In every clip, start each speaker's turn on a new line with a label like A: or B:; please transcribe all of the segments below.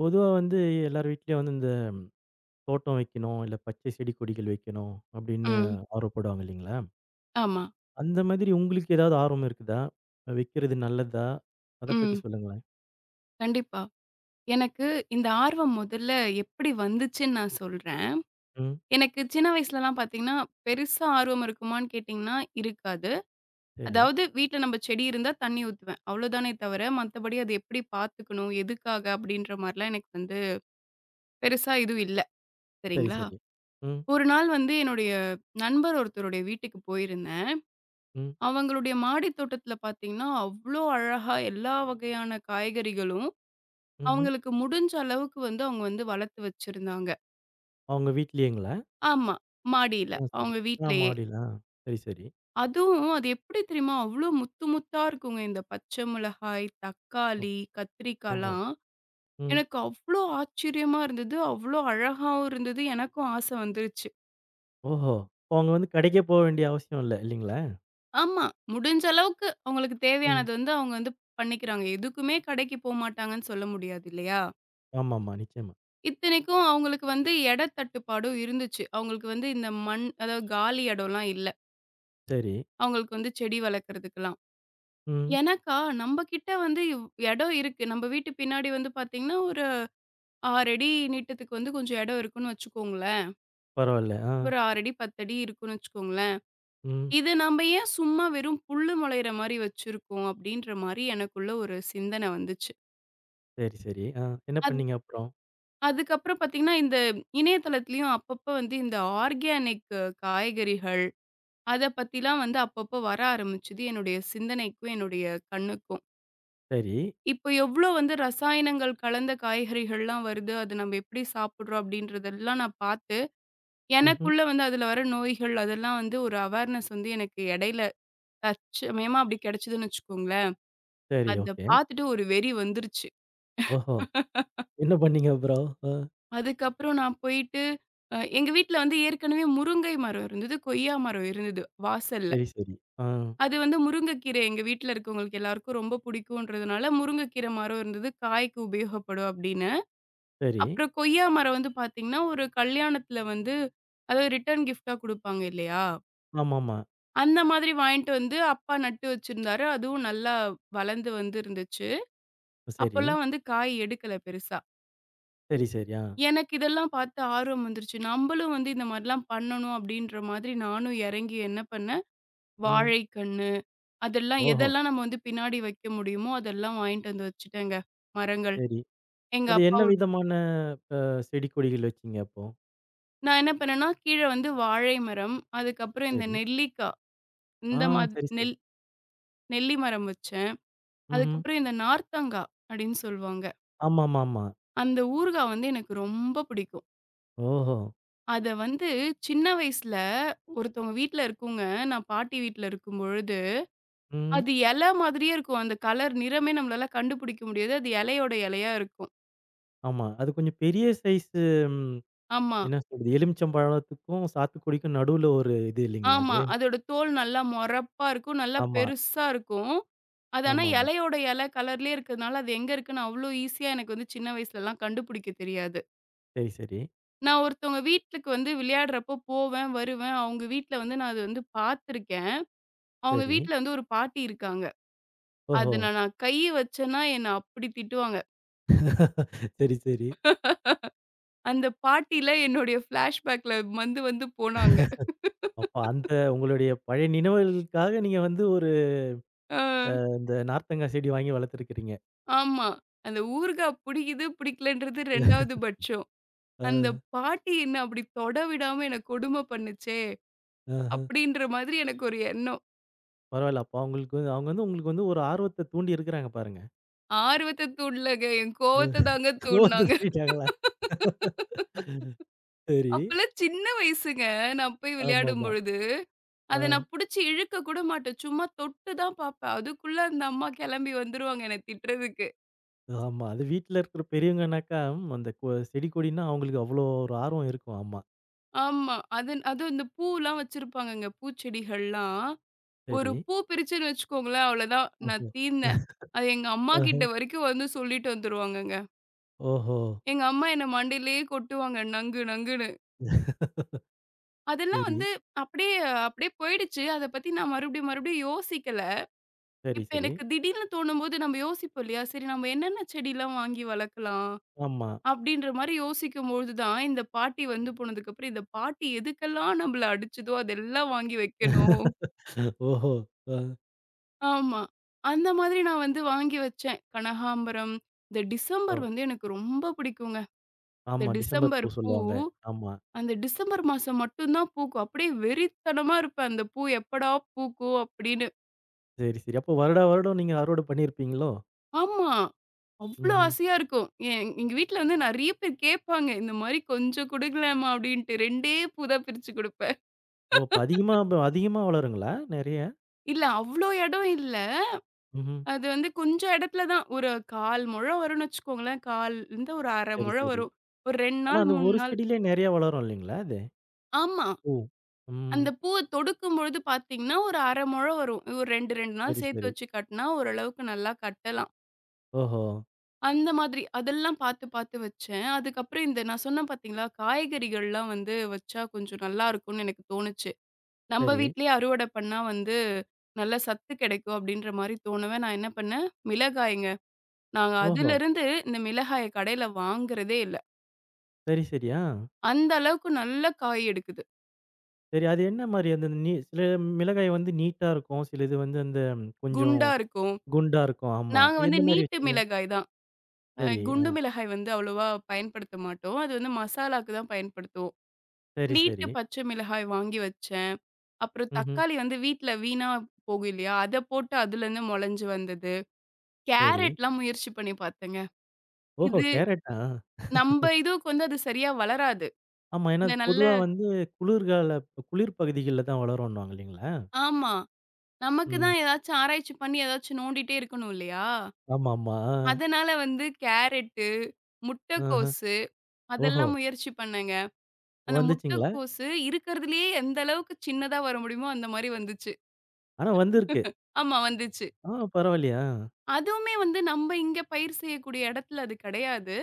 A: பொதுவா வந்து எல்லார் வீட்லயும் வந்து இந்த தோட்டம் வைக்கணும், இல்ல பச்சை செடி கொடிகள் வைக்கணும் அப்படின்னு
B: ம்.
A: ஆர்வப்படுவாங்க இல்லைங்களா?
B: ஆமா.
A: அந்த மாதிரி உங்களுக்கு ஏதாவது ஆர்வம் இருக்குதா? வைக்கிறது நல்லதா? அத பத்தி
B: ம்.
A: சொல்லுங்களேன்.
B: கண்டிப்பா. எனக்கு இந்த ஆர்வம் முதல்ல எப்படி வந்துச்சுன்னு நான் சொல்றேன்.
A: ம்.
B: எனக்கு சின்ன வயசுலலாம் பார்த்தீங்கன்னா, பெருசா ஆர்வம் இருக்குமான்னு கேட்டீங்கன்னா, இருக்காது.
A: சரி,
B: அதாவது வீட்ல நம்ம செடி இருந்தா தண்ணி ஊத்துவேன். அவ்வளோதானே தவிர, மத்தபடி அது எப்படி பார்த்துக்கணும், எதுக்காக அப்படின்ற மாரிலாம் எனக்கு வந்து பெருசா எதுவும் இல்ல.
A: சரி,
B: சரிங்களா?
A: சரி. ம்,
B: ஒரு நாள் வந்து என்னுடைய நண்பர் ஒருத்தருடைய வீட்டுக்கு போயிருந்தேன்.
A: ம்,
B: அவங்களுடைய மாடி தோட்டத்தில பார்த்தீங்கன்னா, அவ்ளோ அழகா எல்லா வகையான காய்கறிகளும்
A: ம்ஹ்ம்.
B: அவங்களுக்கு முடிஞ்ச அளவுக்கு வந்து அவங்க வந்து வளர்த்து வச்சிருந்தாங்க.
A: அவங்க வீட்லயேங்களா?
B: ஆமா. மாடியில.
A: ஓ! சரி.
B: அவங்க
A: ஆ
B: வீட்லயே.
A: மாடில. ஆ. சரி, சரி.
B: அதுவும் அது எப்படி தெரியுமா? அவ்ளோ முத்து முத்தா இருக்குங்க. இந்த பச்சை மிளகாய்,
A: ஓ!
B: தக்காளி,
A: ஓஹோ!
B: கத்திரிக்காலாம்.
A: ம்.
B: எனக்கு அவ்ளோ ஆச்சரியமா இருந்தது. அவ்ளோ அழகாவும் இருந்தது. எனக்கும் ஆசை வந்துருச்சு.
A: ஓஹோ! அப்ப அவங்க வந்து கடைக்கே போக வேண்டிய அவசியம் இல்ல இல்லைங்களா?
B: ஆமா. முடிஞ்ச அளவுக்கு அவங்களுக்கு
A: ம்.
B: தேவையானது வந்து அவங்க வந்து பண்ணிக்கிறாங்க. எதுக்குமே கடைக்கு போமாட்டாங்கன்னு சொல்ல முடியாது இல்லையா?
A: ஆமாமா. நிச்சயமா.
B: இத்தனைக்கும் அவங்களுக்கு வந்து எட தட்டுப்பாடும் இருந்துச்சு. அவங்களுக்கு வந்து இந்த மண் அதாவது காலி இடம்லாம் இல்ல.
A: சரி.
B: அவங்களுக்கு வந்து செடி வளர்க்கறதுக்கலாம்.
A: ம்.
B: எனக்கா நம்ம கிட்ட வந்து இடம் இருக்கு. நம்ம வீட்டு பின்னாடி வந்து பார்த்தீங்கன்னா, ஒரு 6 அடி நீட்டத்துக்கு வந்து கொஞ்சம் இடம் இருக்குன்னு வச்சுக்கோங்களேன்.
A: பரவால்ல. ஆ.
B: ஒரு 6 அடி, 10 அடி இருக்குன்னு வச்சுக்கோங்களேன்.
A: ம்.
B: இது நம்ம ஏன் சும்மா வெறும் புல்லு முளையிற மாரி வச்சிருக்கோம்? அப்படின்ற மாரி எனக்குள்ள ஒரு சிந்தனை வந்துச்சு.
A: சரி, சரி. ஆ. என்ன
B: அது
A: பண்ணீங்க அப்புறம்?
B: அதுக்கப்புறம் பார்த்தீங்கன்னா, இந்த இணையதளத்திலயும் அப்பப்ப வந்து இந்த ஆர்கானிக் காய்கறிகள், அத பத்திலாம் வந்து அப்பப்போ வர ஆரம்பிச்சது என்னுடைய சிந்தனைக்கும், என்னுடைய கண்ணுக்கும்.
A: சரி.
B: இப்ப எவ்ளோ வந்து ரசாயனங்கள் கலந்த காய்கறிகள்லாம் வருது. அது நம்ம எப்படி சாப்பிடுறோம் அப்படின்றதெல்லாம் நான் பார்த்து,
A: ம்ஹ்ம்.
B: எனக்குள்ள வந்து அதுல வர நோய்கள் அதெல்லாம் வந்து ஒரு அவேர்னஸ் வந்து எனக்கு இடையில தற்சமயமா அப்படி கிடைச்சதுன்னு வச்சுக்கோங்களேன்.
A: சரி,
B: அத
A: ஓகே.
B: பார்த்துட்டு ஒரு வெறி வந்துருச்சு.
A: ஓஹோ! என்ன பண்ணீங்க ப்ரோ? அ
B: அதுக்கப்புறம் நான் போயிட்டு எங்க வீட்ல வந்து ஏற்கனவே முருங்கை மரம் இருந்தது, கொய்யா மரம் இருந்தது வாசல்ல.
A: சரி, சரி. ஆ
B: அது வந்து முருங்கைக்கீரை எங்க வீட்ல இருக்கவங்களுக்கு எல்லாருக்கும் ரொம்ப பிடிக்கும்ன்றதுனால, முருங்கைக்கீரை மரம் இருந்தது, காய்க்கு உபயோகப்படும் அப்படின்னு.
A: சரி.
B: அப்புறம் கொய்யா மரம் வந்து பார்த்தீங்கன்னா, ஒரு கல்யாணத்துல வந்து அதாவது ரிட்டர்ன் கிஃப்ட்டா குடுப்பாங்க இல்லையா?
A: ஆமாமா.
B: அந்த மாதிரி வாங்கிட்டு வந்து அப்பா நட்டு வச்சிருந்தாரு. அதுவும் நல்லா வளர்ந்து வந்து இருந்துச்சு.
A: சரி.
B: அப்போலாம் வந்து காய் எடுக்கல பெருசா.
A: சரி, சரி. ஆ.
B: எனக்கு இதெல்லாம் பார்த்து ஆர்வம் வந்துருச்சு. நம்பளும் வந்து இந்த மாரிலாம் பண்ணணும் அப்டின்ற மாதிரி நானும் இறங்கி என்ன பண்ணேன்,
A: ம்.
B: வாழைக்கண்ணு அதெல்லாம்
A: ஓஹோ!
B: எதெல்லாம் நம்ம வந்து பின்னாடி வைக்க முடியுமோ அதெல்லாம் வாங்கிட்டு வந்து வச்சுட்டேங்க, மரங்கள்.
A: சரி.
B: எங்க
A: அது என்ன
B: அப்பாவோட
A: விதமான அ செடி கொடிகள் வச்சீங்க அப்போ?
B: நான் என்ன பண்ணேன்னா, கீழ வந்து வாழை மரம், அதுக்கப்புறம் இந்த
A: சரி.
B: நெல்லிக்கா
A: ஆ
B: இந்த மாத்
A: சரி, சரி.
B: நெல் நெல்லி மரம் வச்சேன்.
A: ம்ஹ்ம்.
B: அதுக்கப்புறம் இந்த நார்த்தங்கா அப்படின்னு சொல்லுவாங்க.
A: ஆமாமாமா.
B: அந்த ஊறுகா வந்து எனக்கு ரொம்ப பிடிக்கும்.
A: ஓஹோ!
B: அத வந்து சின்ன வயசுல ஒருத்தவங்க வீட்ல இருக்குங்க. நான் பாட்டி வீட்ல இருக்கும்பொழுது,
A: ம்.
B: அது இலை மாதிரியே இருக்கும். அந்த கலர் நிறமே நம்மளால கண்டுபிடிக்க முடியாது. அது இலையோட இலையா இருக்கும்.
A: ஆமா. அது கொஞ்சம் பெரிய சைஸ் ம்
B: ஆமா,
A: என்ன சொல்றது? எலுமிச்சம்பழத்துக்கும், சாத்துக்குடிக்கும் நடுவுல ஒரு இது இல்லைங்களா
B: ஆமா.
A: அது?
B: அதோட தோல் நல்லா மொறப்பா இருக்கும். நல்லா
A: ஆமா.
B: பெருசா இருக்கும். அது ஆனா
A: ஆமாமா.
B: இலையோட இலை கலர்லயே இருக்கிறதுனால, அது எங்க இருக்குன்னு அவ்ளோ ஈஸியா எனக்கு வந்து சின்ன வயசுலலாம் கண்டுபிடிக்க தெரியாது.
A: சரி, சரி.
B: நான் ஒருத்தவங்க வீட்டுக்கு வந்து விளையாடுறப்போ போவேன், வருவேன். அவங்க வீட்ல வந்து நான் அது வந்து பார்த்துருக்கேன். அவங்க
A: சரி.
B: வீட்ல வந்து ஒரு பாட்டி இருக்காங்க.
A: ஓஹோ!
B: அதுல நான் கை வச்சேன்னா என்ன அப்படி திட்டுவாங்க.
A: சரி, சரி.
B: அந்த பாட்டில என்னுடைய ஃப்ளாஷ்பேக்ல வந்து வந்து போனாங்க.
A: அப்ப அந்த உங்களுடைய பழைய நினைவுகளுக்காக நீங்க வந்து ஒரு
B: ஆ
A: அந்த நார்த்தங்காய் செடி வாங்கி வளர்த்துருக்கிறீங்க.
B: ஆமா. அந்த ஊறுகா புடிக்குது, பிடிக்கலன்றது 2வது பட்சம்.
A: அ,
B: அந்த பாட்டி என்ன அப்படி தொட விடாம என்ன கொடுமை பண்ணுச்சே!
A: ஆஹ.
B: அப்படின்ற மாதிரி எனக்கு ஒரு எண்ணம்.
A: பரவாயில்ல. அப்ப அவங்களுக்கு வந்து அவங்க வந்து உங்களுக்கு வந்து ஒரு ஆர்வத்த தூண்டி இருக்கிறாங்க பாருங்க.
B: ஆர்வத்த தூண்டலங்க. என்
A: அ
B: கோவத்த தாங்க
A: கோவத்த
B: தூண்டுனாங்க.
A: தூண்டிட்டாங்களா? சரி.
B: அப்பல்லாம் சின்ன வயசுங்க. நான் போய் விளையாடும்
A: ஆமாமா.
B: பொழுது,
A: ஆ.
B: அத நான் புடிச்சு இழுக்க கூட மாட்டேன். சும்மா தொட்டு தான் பாப்பேன். அதுக்குள்ள அந்த அம்மா கெளம்பி வந்துருவாங்க என்ன திட்டுறதுக்கு.
A: ஆமா. அது வீட்ல இருக்கிற பெரியவங்கனாக்கா ம், அந்த செடி கொடின்னா அவங்களுக்கு அவ்வளோ ஒரு ஆர்வம் இருக்கும். ஆமா.
B: ஆமா. அது அதுவும் இந்த பூலாம் வச்சிருப்பாங்கங்க. பூச்செடிகள்லாம். ஒரு
A: சரி.
B: பூ பிரிச்சுன்னு வச்சுக்கோங்களேன், அவ்வளோதான் நான்
A: ஓஹோ!
B: தீர்ந்தேன். அது எங்க அம்மா
A: ஆஹ.
B: கிட்ட வரைக்கும் வந்து சொல்லிட்டு வந்துருவாங்கங்க.
A: ஓஹோ!
B: எங்க அம்மா என்ன மண்டையிலேயே கொட்டுவாங்க நங்கு நங்குன்னு. அதெல்லாம்
A: சரி.
B: வந்து அப்படியே அப்படியே போயிடுச்சு. அத பத்தி நான் மறுபடியும் மறுபடியும் யோசிக்கல.
A: சரி,
B: இப்ப
A: சரி.
B: எனக்கு திடீர்னு தோணும்போது நம்ம யோசிப்போம் இல்லையா? சரி நம்ம என்னென்ன செடிலாம் வாங்கி வளர்க்கலாம்?
A: ஆமா.
B: அப்படின்ற மாரி யோசிக்கும்பொழுது தான், இந்த பாட்டி வந்து போனதுக்கப்புறம், இந்த பாட்டி எதுக்கெல்லாம் நம்மள அடிச்சதோ, அதெல்லாம் வாங்கி வைக்கணும்.
A: ஓஹோ! அ.
B: ஆமா. அந்த மாதிரி நான் வந்து வாங்கி வச்சேன். கனகாம்பரம், இந்த
A: ஓ.
B: டிசம்பர் வந்து எனக்கு ரொம்ப பிடிக்குங்க. இந்த
A: ஆமா. டிசம்பர்
B: டிசம்பர்
A: பூ
B: பூ,
A: சொல்லுவாங்க. ஆமா.
B: அந்த டிசம்பர் மாசம் மட்டும் தான் பூக்கும். அப்படியே வெறித்தனமா இருப்பேன். அந்த பூ எப்படா பூக்கும்? அப்படின்னு.
A: சரி, சரி. அப்போ வருடா வருடம் நீங்க அறுவடை பண்ணியிருப்பீங்களோ?
B: ஆமா. அவ்ளோ
A: ம்ஹ்ம்.
B: ஆசையா இருக்கும். எங்க வீட்ல வந்து நெறைய பேர் கேட்பாங்க. இந்த மாரி கொஞ்சம் குடுக்கலாமா? அப்டின்ட்டு 2டே பூ தான் பிரிச்சு குடுப்பேன்.
A: ஓ! அப்ப அதிகமா வளருங்களா? நெறைய?
B: இல்ல அவ்ளோ இடம் இல்ல.
A: ம்ஹ்ம்.
B: அது வந்து கொஞ்சம் இடத்துல தான். ஒரு 1/4 முழம் வரும்னு வச்சுக்கோங்களேன். கால் இருந்து ஒரு 1/2
A: சரி,
B: முழம்
A: சரி.
B: வரும். ஒரு 2
A: ஆனா
B: நாள்,
A: அந்த
B: 3
A: ஒரு
B: நாள்
A: செடியிலயே நெறைய வளரும் இல்லைங்களா அது?
B: ஆமா.
A: ஓ! ம்.
B: அந்த பூவ தொடுக்கும்பொழுது பார்த்தீங்கன்னா, ஒரு 1/2 முழம் வரும். ஒரு 2, 2 நாள்
A: சரி,
B: சேர்த்து
A: சரி.
B: வச்சு கட்னா ஓரளவுக்கு நல்லா கட்டலாம்.
A: ஓஹோ!
B: அந்த மாதிரி. அதெல்லாம் பார்த்து பார்த்து வச்சேன். அதுக்கப்புறம் இந்த நான் சொன்னேன் பார்த்தீங்களா, காய்கறிகள்லாம் வந்து வச்சா கொஞ்சம் நல்லாருக்கும்னு எனக்கு தோணுச்சு. நம்ம
A: சரி.
B: வீட்லயே அறுவடை பண்ணா வந்து நல்ல சத்து கிடைக்கும் அப்படின்ற மாரி தோணவே, நான் என்ன பண்ணேன், மிளகாய்ங்க. நாங்க
A: ஓஹோ!
B: அதிலிருந்து இந்த மிளகாய கடையில வாங்குறதே இல்ல.
A: சரி, சரி. ஆ.
B: அந்த அளவுக்கு நல்ல காய் எடுக்குது.
A: சரி அது என்ன மாரி அந்த நீ சில மிளகாய் வந்து நீட்டா இருக்கும். சில இது வந்து அந்த கொஞ்சம்
B: குண்டா இருக்கும்.
A: குண்டா இருக்கும். ஆமா.
B: நாங்க வந்து
A: எந்த மாரி
B: நீட்டு
A: வச்சீங்க?
B: மிளகாய் தான்.
A: சரி. ஆ.
B: குண்டு மிளகாய் வந்து அவ்வளவா பயன்படுத்த மாட்டோம். அது வந்து மசாலாக்கு தான் பயன்படுத்துவோம்.
A: சரி,
B: நீட்டு
A: சரி.
B: பச்சை மிளகாய் வாங்கி வச்சேன். அப்புறம்
A: ம்ஹ்ம்.
B: தக்காளி வந்து வீட்ல வீணா போகும் இல்லையா? அத போட்டு அதுலருந்து மொளஞ்சு வந்தது.
A: சரி.
B: கேரட்லாம் முயற்சி பண்ணி பார்த்தேங்க.
A: ஓஹோ!
B: இது
A: கேரட்டா?
B: நம்ப இதுவுக்கு வந்து அது சரியா வளராது.
A: ஆமா. ஏன்னா
B: இந்த
A: அது
B: நல்ல
A: பொதுவா வந்து குளிர்கால குளிர் பகுதிகள்ல தான் வளரும்ன்னுவாங்க இல்லைங்களா?
B: ஆமா. நமக்கு
A: ம்.
B: தான் ஏதாச்சும் ஆராய்ச்சி பண்ணி ஏதாச்சும் நோண்டிட்டே இருக்கணும் இல்லையா?
A: ஆமாமா.
B: அதனால வந்து கேரட்டு,
A: ஆ. ஆஹ.
B: முட்டைக்கோசு
A: ஓஹோ!
B: அதெல்லாம் முயற்சி பண்ணேங்க. அந்த
A: வந்துச்சுங்களா?
B: முட்டைக்கோசு இருக்கிறதுலயே எந்த அளவுக்கு சின்னதா வர முடியுமோ அந்த மாரி வந்துச்சு.
A: ஆனா வந்திருக்கு.
B: ஆமா வந்துச்சு.
A: ஆ பரவாயில்லையா?
B: அதுவுமே வந்து நம்ப இங்க பயிர் செய்யக்கூடிய இடத்துல அது கிடையாது.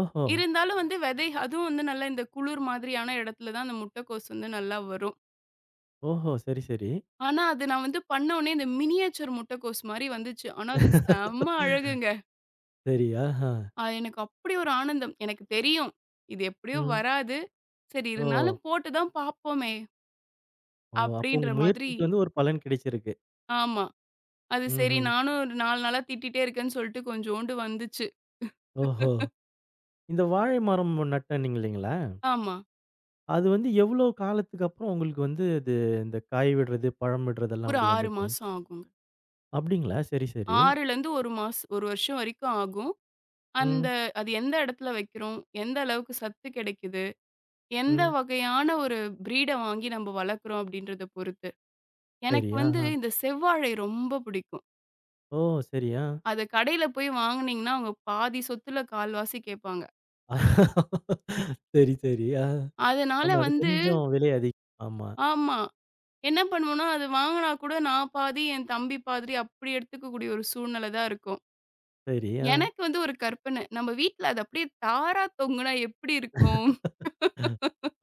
A: ஓஹோ!
B: இருந்தாலும் வந்து விதை அதுவும் வந்து நல்லா இந்த குளிர் மாதிரியான இடத்துல தான் அந்த முட்டைக்கோஸ் வந்து நல்லா வரும்.
A: ஓஹோ! சரி, சரி.
B: ஆனா, அது நான் வந்து பண்ண உடனே இந்த மினியேச்சர் முட்டைக்கோஸ் மாரி வந்துச்சு. ஆனா, அது செம்ம அழகுங்க.
A: சரி. ஆஹா.
B: அது எனக்கு அப்படி ஒரு ஆனந்தம். எனக்கு தெரியும். இது எப்படியோ
A: ம்.
B: வராது. சரி
A: ஓ!
B: இருந்தாலும் போட்டு தான் பார்ப்போமே!
A: ஓ! அப்போ உங்க
B: அப்படின்ற மாதிரி
A: முயற்சிக்கு வந்து ஒரு பலன் கிடைச்சிருக்கு.
B: ஆமா. அது சரி
A: ம்ஹ்ம்.
B: நானும் ஒரு 4 நாளா திட்டிட்டே இருக்கேன்னு சொல்லிட்டு கொஞ்சோண்டு வந்துச்சு.
A: ஓஹோ! இந்த வாழை மரம் நட்டன்னீங்க இல்லைங்களா?
B: ஆமா.
A: அது வந்து எவ்வளோ காலத்துக்கு அப்புறம் உங்களுக்கு வந்து இது இந்த காய் விடுறது, பழம் விடுறதெல்லாம்
B: ஒரு
A: அப்படி
B: 6
A: வந்தது?
B: மாசம் ஆகுங்க.
A: அப்படிங்களா? சரி, சரி.
B: 6லேருந்து 1 மாசம் 1 வருஷம் வரைக்கும் ஆகும். அந்த
A: ம்.
B: அது எந்த இடத்துல வைக்கிறோம்? எந்த அளவுக்கு சத்து கிடைக்குது? எந்த
A: ம்.
B: வகையான ஒரு ப்ரீட வாங்கி நம்ம வளர்க்குறோம் அப்படின்றத பொறுத்து.
A: சரி.
B: எனக்கு
A: ஆஹ.
B: வந்து இந்த செவ்வாழை ரொம்ப பிடிக்கும்.
A: ஓ! சரி. ஆ.
B: அத கடையில போய் வாங்குனீங்கன்னா, அவங்க பாதி சொத்துல கால்வாசி கேட்பாங்க.
A: சரி, சரி. ஆ.
B: அதனால
A: ஆமா. அது
B: வந்து
A: கொஞ்சம் விலை அதிகம். ஆமா.
B: ஆமா. என்ன பண்ணுவோம்னா, அது வாங்குனா கூட நான் பாதி, என் தம்பி பாதி அப்படி எடுத்துக்கக்கூடிய ஒரு சூழ்நிலை தான் இருக்கும்.
A: சரி. ஆ.
B: எனக்கு வந்து ஒரு கற்பனை. நம்ம வீட்ல அது அப்படியே தாரா தொங்குனா எப்படி இருக்கும்?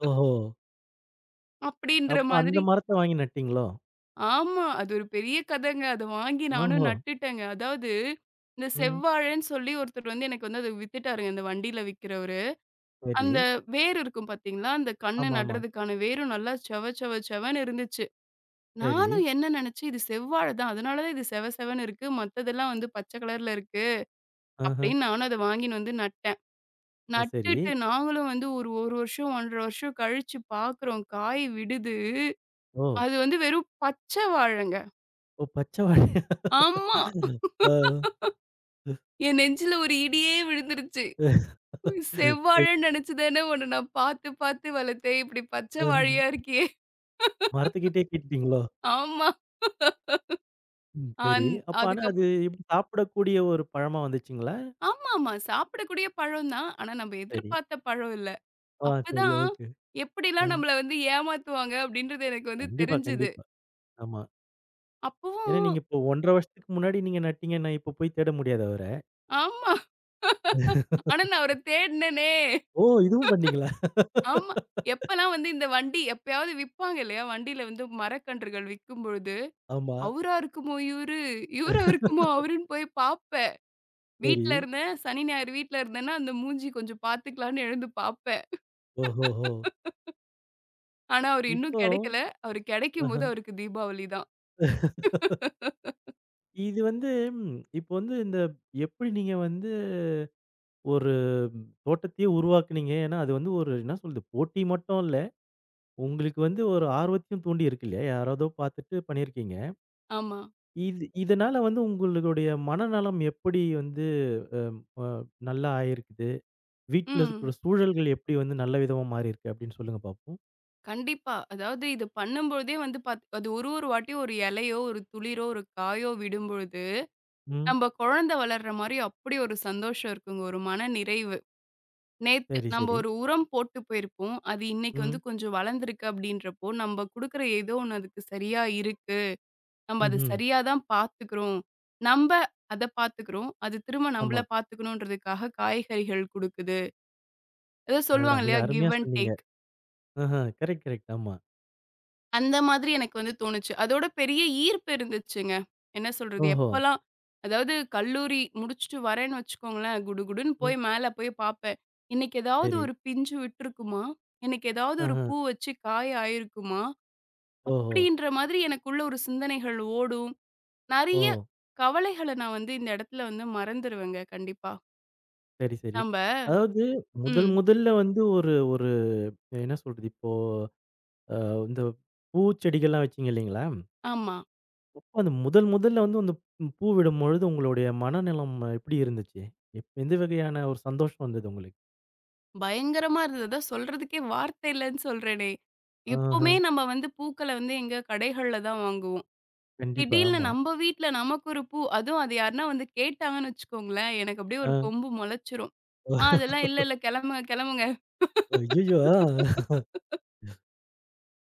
A: ஓஹோ!
B: அப்படின்ற
A: அப்ப அந்த
B: மாதிரி
A: மரத்த வாங்கி நட்டீங்களோ?
B: ஆமா. அது ஒரு பெரிய கதங்க. அத வாங்கி நானும்
A: ஓஹோ!
B: நட்டுட்டேங்க. அதாவது இந்த
A: ம்.
B: செவ்வாழைன்னு சொல்லி ஒருத்தர் வந்து எனக்கு வந்து அத வித்துட்டாருங்க, இந்த வண்டியில விக்கிறவரு.
A: சரி.
B: அந்த வேர் இருக்கும் பார்த்தீங்களா? அந்த கண்ணு
A: ஆமாமா.
B: நடுறதுக்கான வேரும் நல்லா செவ செவ செவன்னு இருந்துச்சு.
A: சரி.
B: நானும் என்ன நெனச்சேன், இது செவ்வாழை தான். அதனால தான் இது செவ செவன்னு இருக்கு. மத்ததெல்லாம் வந்து பச்சை கலர்ல இருக்கு.
A: ஆஹ.
B: அப்படின்னு நானும் அத வாங்கின்னு வந்து நட்டேன்.
A: ஓ! சரி.
B: நட்டுட்டு நாங்களும் வந்து ஒரு 1 வருஷம், 1 1/2 வருஷம் கழிச்சு பார்க்குறோம். காய் விடுது.
A: ஓ!
B: அது வந்து வெறும் பச்சை வாழைங்க.
A: ஓ! பச்சவாழையா?
B: ஆமா.
A: ஆ.
B: என் நெஞ்சில ஒரு இடியே விழுந்துருச்சு. செவ்வாழைன்னு நெனச்சு தானே உன்ன நான் பாத்து பாத்து வளர்த்தேன். இப்படி பச்சை
A: ஆ.
B: வாழையா இருக்கியே!
A: மரத்துக்கிட்டயே கேட்டுட்டீங்களோ?
B: ஆமா.
A: ம். சரி.
B: அந்
A: அப்ப ஆனா
B: அதுக்கப்
A: அது எப்படி சாப்பிடக்கூடிய ஒரு பழமா வந்துச்சுங்களா?
B: ஆமாமா. சாப்பிடக்கூடிய பழம் தான். ஆனா நம்ம
A: சரி.
B: எதிர்பார்த்த பழம் இல்ல.
A: ஆ சரி.
B: அப்பதான்
A: ஓகே. ஆ.
B: எப்படிலாம் நம்மள வந்து ஏமாத்துவாங்க அப்படின்றது எனக்கு வந்து
A: கண்டிப்பா,
B: தெரிஞ்சது.
A: கண்டிப்பா. ஆமா. ஏன்னா,
B: அப்பவும்
A: நீங்க இப்போ 1½ வருஷத்துக்கு முன்னாடி நீங்க நட்டீங்கன்னா, இப்ப போய் தேட முடியாதா அவர?
B: ஆமா. ஆனா நான் அவர தேடுனேனே!
A: ஓ! இதுவும் பண்ணீங்களா?
B: ஆமா. எப்பலாம் வந்து இந்த வண்டி எப்பயாவது விப்பாங்க இல்லையா? வண்டியில வந்து மரக்கன்றுகள் விக்கும்பொழுது,
A: ஆமா.
B: "அவரா இருக்குமோ இவரு? இவரா இருக்குமோ அவருன்னு" போய் பாப்பேன்.
A: சரி.
B: வீட்ல இருந்தேன். சனி, ஞாயிறு வீட்ல இருந்தேன்னா, அந்த மூஞ்சி கொஞ்சம் பாத்துக்கலான்னு எழுந்து பாப்பேன்.
A: ஓஹோஹோ!
B: ஆனா, அவரு இன்னும்
A: இப்போ
B: கெடைக்கல. அவரு
A: ஆஹா.
B: கெடைக்கும்போது அவருக்கு தீபாவளி தான்.
A: இது வந்து ம் இப்போ வந்து இந்த எப்படி நீங்க வந்து ஒரு ம், தோட்டத்தையே உருவாக்குனீங்க? ஏன்னா, அது வந்து ஒரு என்ன சொல்றது? போட்டி மட்டும் இல்ல. உங்களுக்கு வந்து ஒரு ஆர்வத்தையும் தூண்டி இருக்கு இல்லையா? யாராவதோ பார்த்துட்டு பண்ணியிருக்கீங்க.
B: ஆமா.
A: இது இதனால வந்து உங்களுடைய மனநலம் எப்படி வந்து அம் அ நல்லா ஆயிருக்குது? வீட்ல இருக்கிற
B: ம்.
A: சூழல்கள் எப்படி வந்து நல்ல விதமா மாறியிருக்கு? அப்படின்னு சொல்லுங்க பார்ப்போம்.
B: கண்டிப்பா. அதாவது இது பண்ணும்பொழுதே வந்து அது ஒரு ஒரு வாட்டியும் ஒரு இலையோ, ஒரு துளிரோ, ஒரு காயோ விடும்பொழுது,
A: ம்.
B: நம்ப குழந்தை வளர்ற மாரி அப்படி ஒரு சந்தோஷம் இருக்குங்க. ஒரு மன நிறைவு. நேத்து
A: சரி,
B: நம்ப
A: சரி.
B: ஒரு உரம் போட்டு போயிருப்போம். அது இன்னைக்கு வந்து
A: ம்.
B: கொஞ்சம் வளர்ந்திருக்கு அப்படின்றப்போ, நம்ப குடுக்குற ஏதோ ஒண்ணு அதுக்கு சரியா இருக்கு. நம்ம அது
A: ம்ஹ்ம்.
B: சரியா தான் பார்த்துக்கிறோம். நம்ப அத பார்த்துக்கிறோம். அது திரும்ப நம்மள
A: ஆமா.
B: பார்த்துக்கணுன்றதுக்காக காய்கறிகள் குடுக்குது. ஏதோ
A: அடடா!
B: சொல்லுவாங்க
A: மிக
B: இல்லையா?
A: அருமையா
B: கிவ் அண்ட்
A: சொன்னீங்க.
B: டேக்.
A: ஆஹா. Correct, correct. ஆமா.
B: அந்த மாதிரி எனக்கு வந்து தோணுச்சு. அதோட பெரிய ஈர்ப்பு இருந்துச்சுங்க. என்ன சொல்றது?
A: ஓஹோ!
B: எப்பலாம் அதாவது கல்லூரி முடிச்சுட்டு வரேன்னு வச்சுக்கோங்களேன், குடுகுடுன்னு
A: ம்.
B: போய் மேல போய் பார்ப்பேன். இன்னைக்கு ஏதாவது
A: சரி.
B: ஒரு பிஞ்சு விட்டுருக்குமா? இன்னைக்கு ஏதாவது ஒரு
A: ஆஹா.
B: பூ வச்சு காய் ஆயிருக்குமா?
A: ஓஹோ!
B: அப்படின்ற மாதிரி எனக்குள்ள ஒரு சிந்தனைகள் ஓடும்.
A: ஓ!
B: நெறைய கவலைகள நான் வந்து இந்த இடத்துல வந்து மறந்துருவேங்க கண்டிப்பா.
A: சரி, சரி.
B: நம்ப
A: அதாவது முதல்
B: ம்.
A: முதல்ல வந்து ஒரு ஒரு என்ன சொல்றது? இப்போ அ இந்த பூச்செடிகள்லாம் வச்சீங்க இல்லைங்களா?
B: ஆமா.
A: அப்போ அந்த முதல் முதல்ல வந்து அந்த பூ விடும்பொழுது உங்களுடைய மனநிலம் எப்படி இருந்துச்சு? எந்த வகையான ஒரு சந்தோஷம் வந்தது உங்களுக்கு?
B: பயங்கரமா இருந்தது. அதான் சொல்றதுக்கே வார்த்தை இல்லன்னு சொல்றேனே!
A: ஆஹா.
B: எப்பவுமே நம்ம வந்து பூக்கள வந்து எங்க கடைகள்ல தான் வாங்குவோம்.
A: கண்டிப்பா.
B: திடீல்னு
A: ஆமா.
B: நம்ப வீட்ல நமக்கு ஒரு பூ அதுவும் அது யாருன்னா வந்து கேட்டாங்கன்னு வச்சுக்கோங்களேன், எனக்கு அப்படியே
A: ஆ.
B: ஒரு கொம்பு மொளச்சிரும். அதெல்லாம் இல்ல, இல்ல கிளம்புங்க, கிளம்புங்க.
A: ஐயய்யோ! ஆ.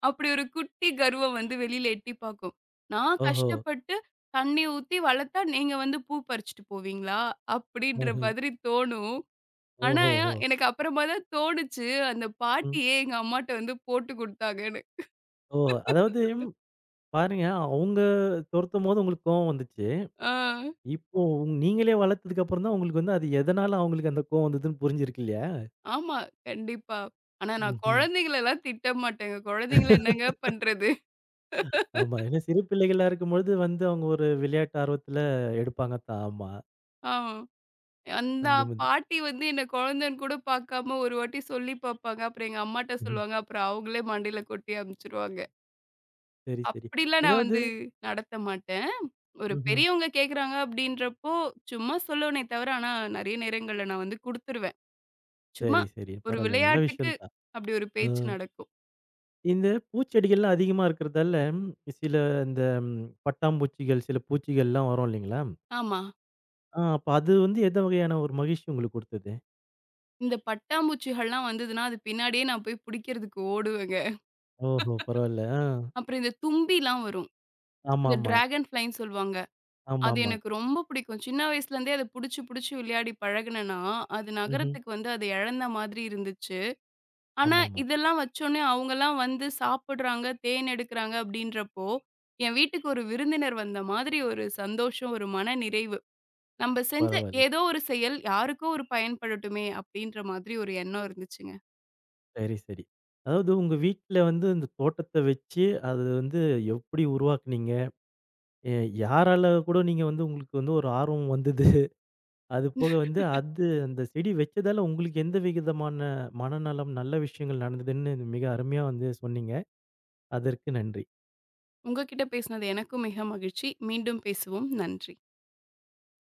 B: அப்படி ஒரு குட்டி கருவம் வந்து வெளியில எட்டி பார்க்கும். நான்
A: ஓஹோ!
B: கஷ்டப்பட்டு தண்ணி ஊத்தி வளர்த்தா, நீங்க வந்து பூ பறிச்சுட்டு போவீங்களா? அப்படின்ற
A: ஆஹ.
B: மாதிரி தோணும். ஆனா,
A: ஓஹோஹோ!
B: எனக்கு அப்புறமா தான் தோணுச்சு, அந்த பாட்டியே எங்க அம்மாட்ட வந்து போட்டு குடுத்தாங்கன்னு.
A: ஓ! அதாவது பாருங்க, அவங்க துரத்தும்போது உங்களுக்கு கோவம் வந்துச்சு.
B: ஆ,
A: இப்போ நீங்களே வளர்த்ததுக்கு அப்புறம் தான் உங்களுக்கு வந்து அது எதனால அவங்களுக்கு அந்த கோவம் வந்ததுன்னு புரிஞ்சிருக்கு இல்லையா?
B: ஆமா, கண்டிப்பா. ஆனா நான்
A: ம்ஹ்ம்.
B: குழந்தைங்களலாம் திட்ட மாட்டேங்க. குழந்தைங்கள என்னங்க பண்றது?
A: ஆமா. ஏன்னா சிறு பிள்ளைகளா இருக்கும்பொழுது வந்து அவங்க ஒரு விளையாட்டு ஆர்வத்துல எடுப்பாங்க தான். ஆமா.
B: ஆ. அந்த
A: அந்த மாதிரி.
B: பாட்டி வந்து என்ன குழந்தைன்னு கூட பார்க்காம ஒரு வாட்டி சொல்லி பார்ப்பாங்க. அப்புறம் எங்க அம்மாட்ட
A: ம்.
B: சொல்லுவாங்க. அப்புறம் அவங்களே மண்டையில கொட்டி அனுப்பிச்சுருவாங்க.
A: சரி, சரி.
B: அப்படிலாம் நான்
A: ஏதாவது
B: வந்து நடத்த மாட்டேன். ஒரு
A: ம்ஹ்ம்.
B: பெரியவங்க கேட்குறாங்க அப்படின்றப்போ, சும்மா சொல்லுவனே தவிர, ஆனா நெறைய நேரங்கள்ல நான் வந்து குடுத்துருவேன். சும்மா
A: சரி, சரி.
B: ஒரு
A: பரவால்ல. நல்ல
B: விளையாட்டுக்கு
A: விஷயம் தான்.
B: அப்படி ஒரு
A: அ
B: பேச்சு நடக்கும்.
A: இந்த பூச்செடிகள்லாம் அதிகமா இருக்கிறதால, சில இந்த பட்டாம்பூச்சிகள், சில பூச்சிகள்லாம் வரும் இல்லைங்களா?
B: ஆமா.
A: ஆ அப்ப அது வந்து எந்த வகையான ஒரு மகிழ்ச்சி உங்களுக்கு குடுத்தது?
B: இந்த பட்டாம்பூச்சிகள்லாம் வந்ததுன்னா, அது பின்னாடியே நான் போய் புடிக்கிறதுக்கு ஓடுவேங்க.
A: ஓஹோ! பரவால்ல. ஆ.
B: அப்புறம் இந்த தும்பிலாம் வரும். இந்த
A: ஆமாமா.
B: டிராகன் ஃப்ளைன்னு சொல்லுவாங்க. அது
A: ஆமாமா.
B: எனக்கு ரொம்ப பிடிக்கும். சின்ன வயசுலேருந்தே அத புடிச்சு, புடிச்சு விளையாடி பழகுனேன்னா, அது
A: ம்ஹ்ம்.
B: நகரத்துக்கு வந்து அத இழந்த மாதிரி இருந்துச்சு. ஆனா,
A: ஆமாமா.
B: இதெல்லாம் வச்சோனே அவங்கலாம் வந்து சாப்பிடுறாங்க, தேன் எடுக்குறாங்க அப்படின்றப்போ, என் வீட்டுக்கு ஒரு விருந்தினர் வந்த மாதிரி ஒரு சந்தோஷம், ஒரு மனநிறைவு. நம்ப செஞ்ச
A: பரவால்ல.
B: ஏதோ ஒரு செயல் யாருக்கோ ஒரு பயன்படட்டுமே அப்படின்ற மாதிரி ஒரு எண்ணம் இருந்துச்சுங்க.
A: சரி, சரி. அதாவது உங்க வீட்ல வந்து இந்த தோட்டத்த வச்சு, அது வந்து எப்படி உருவாக்குனீங்க? எ யாரால கூட நீங்க வந்து உங்களுக்கு வந்து ஒரு ஆர்வம் வந்தது? அது போக வந்து அது அந்த செடி வச்சதால உங்களுக்கு எந்த விதமான மனநலம், நல்ல விஷயங்கள் நடந்ததுன்னு மிக அருமையா வந்து சொன்னீங்க. அதற்கு நன்றி.
B: உங்ககிட்ட பேசினது எனக்கும் மிக மகிழ்ச்சி. மீண்டும் பேசுவோம். நன்றி.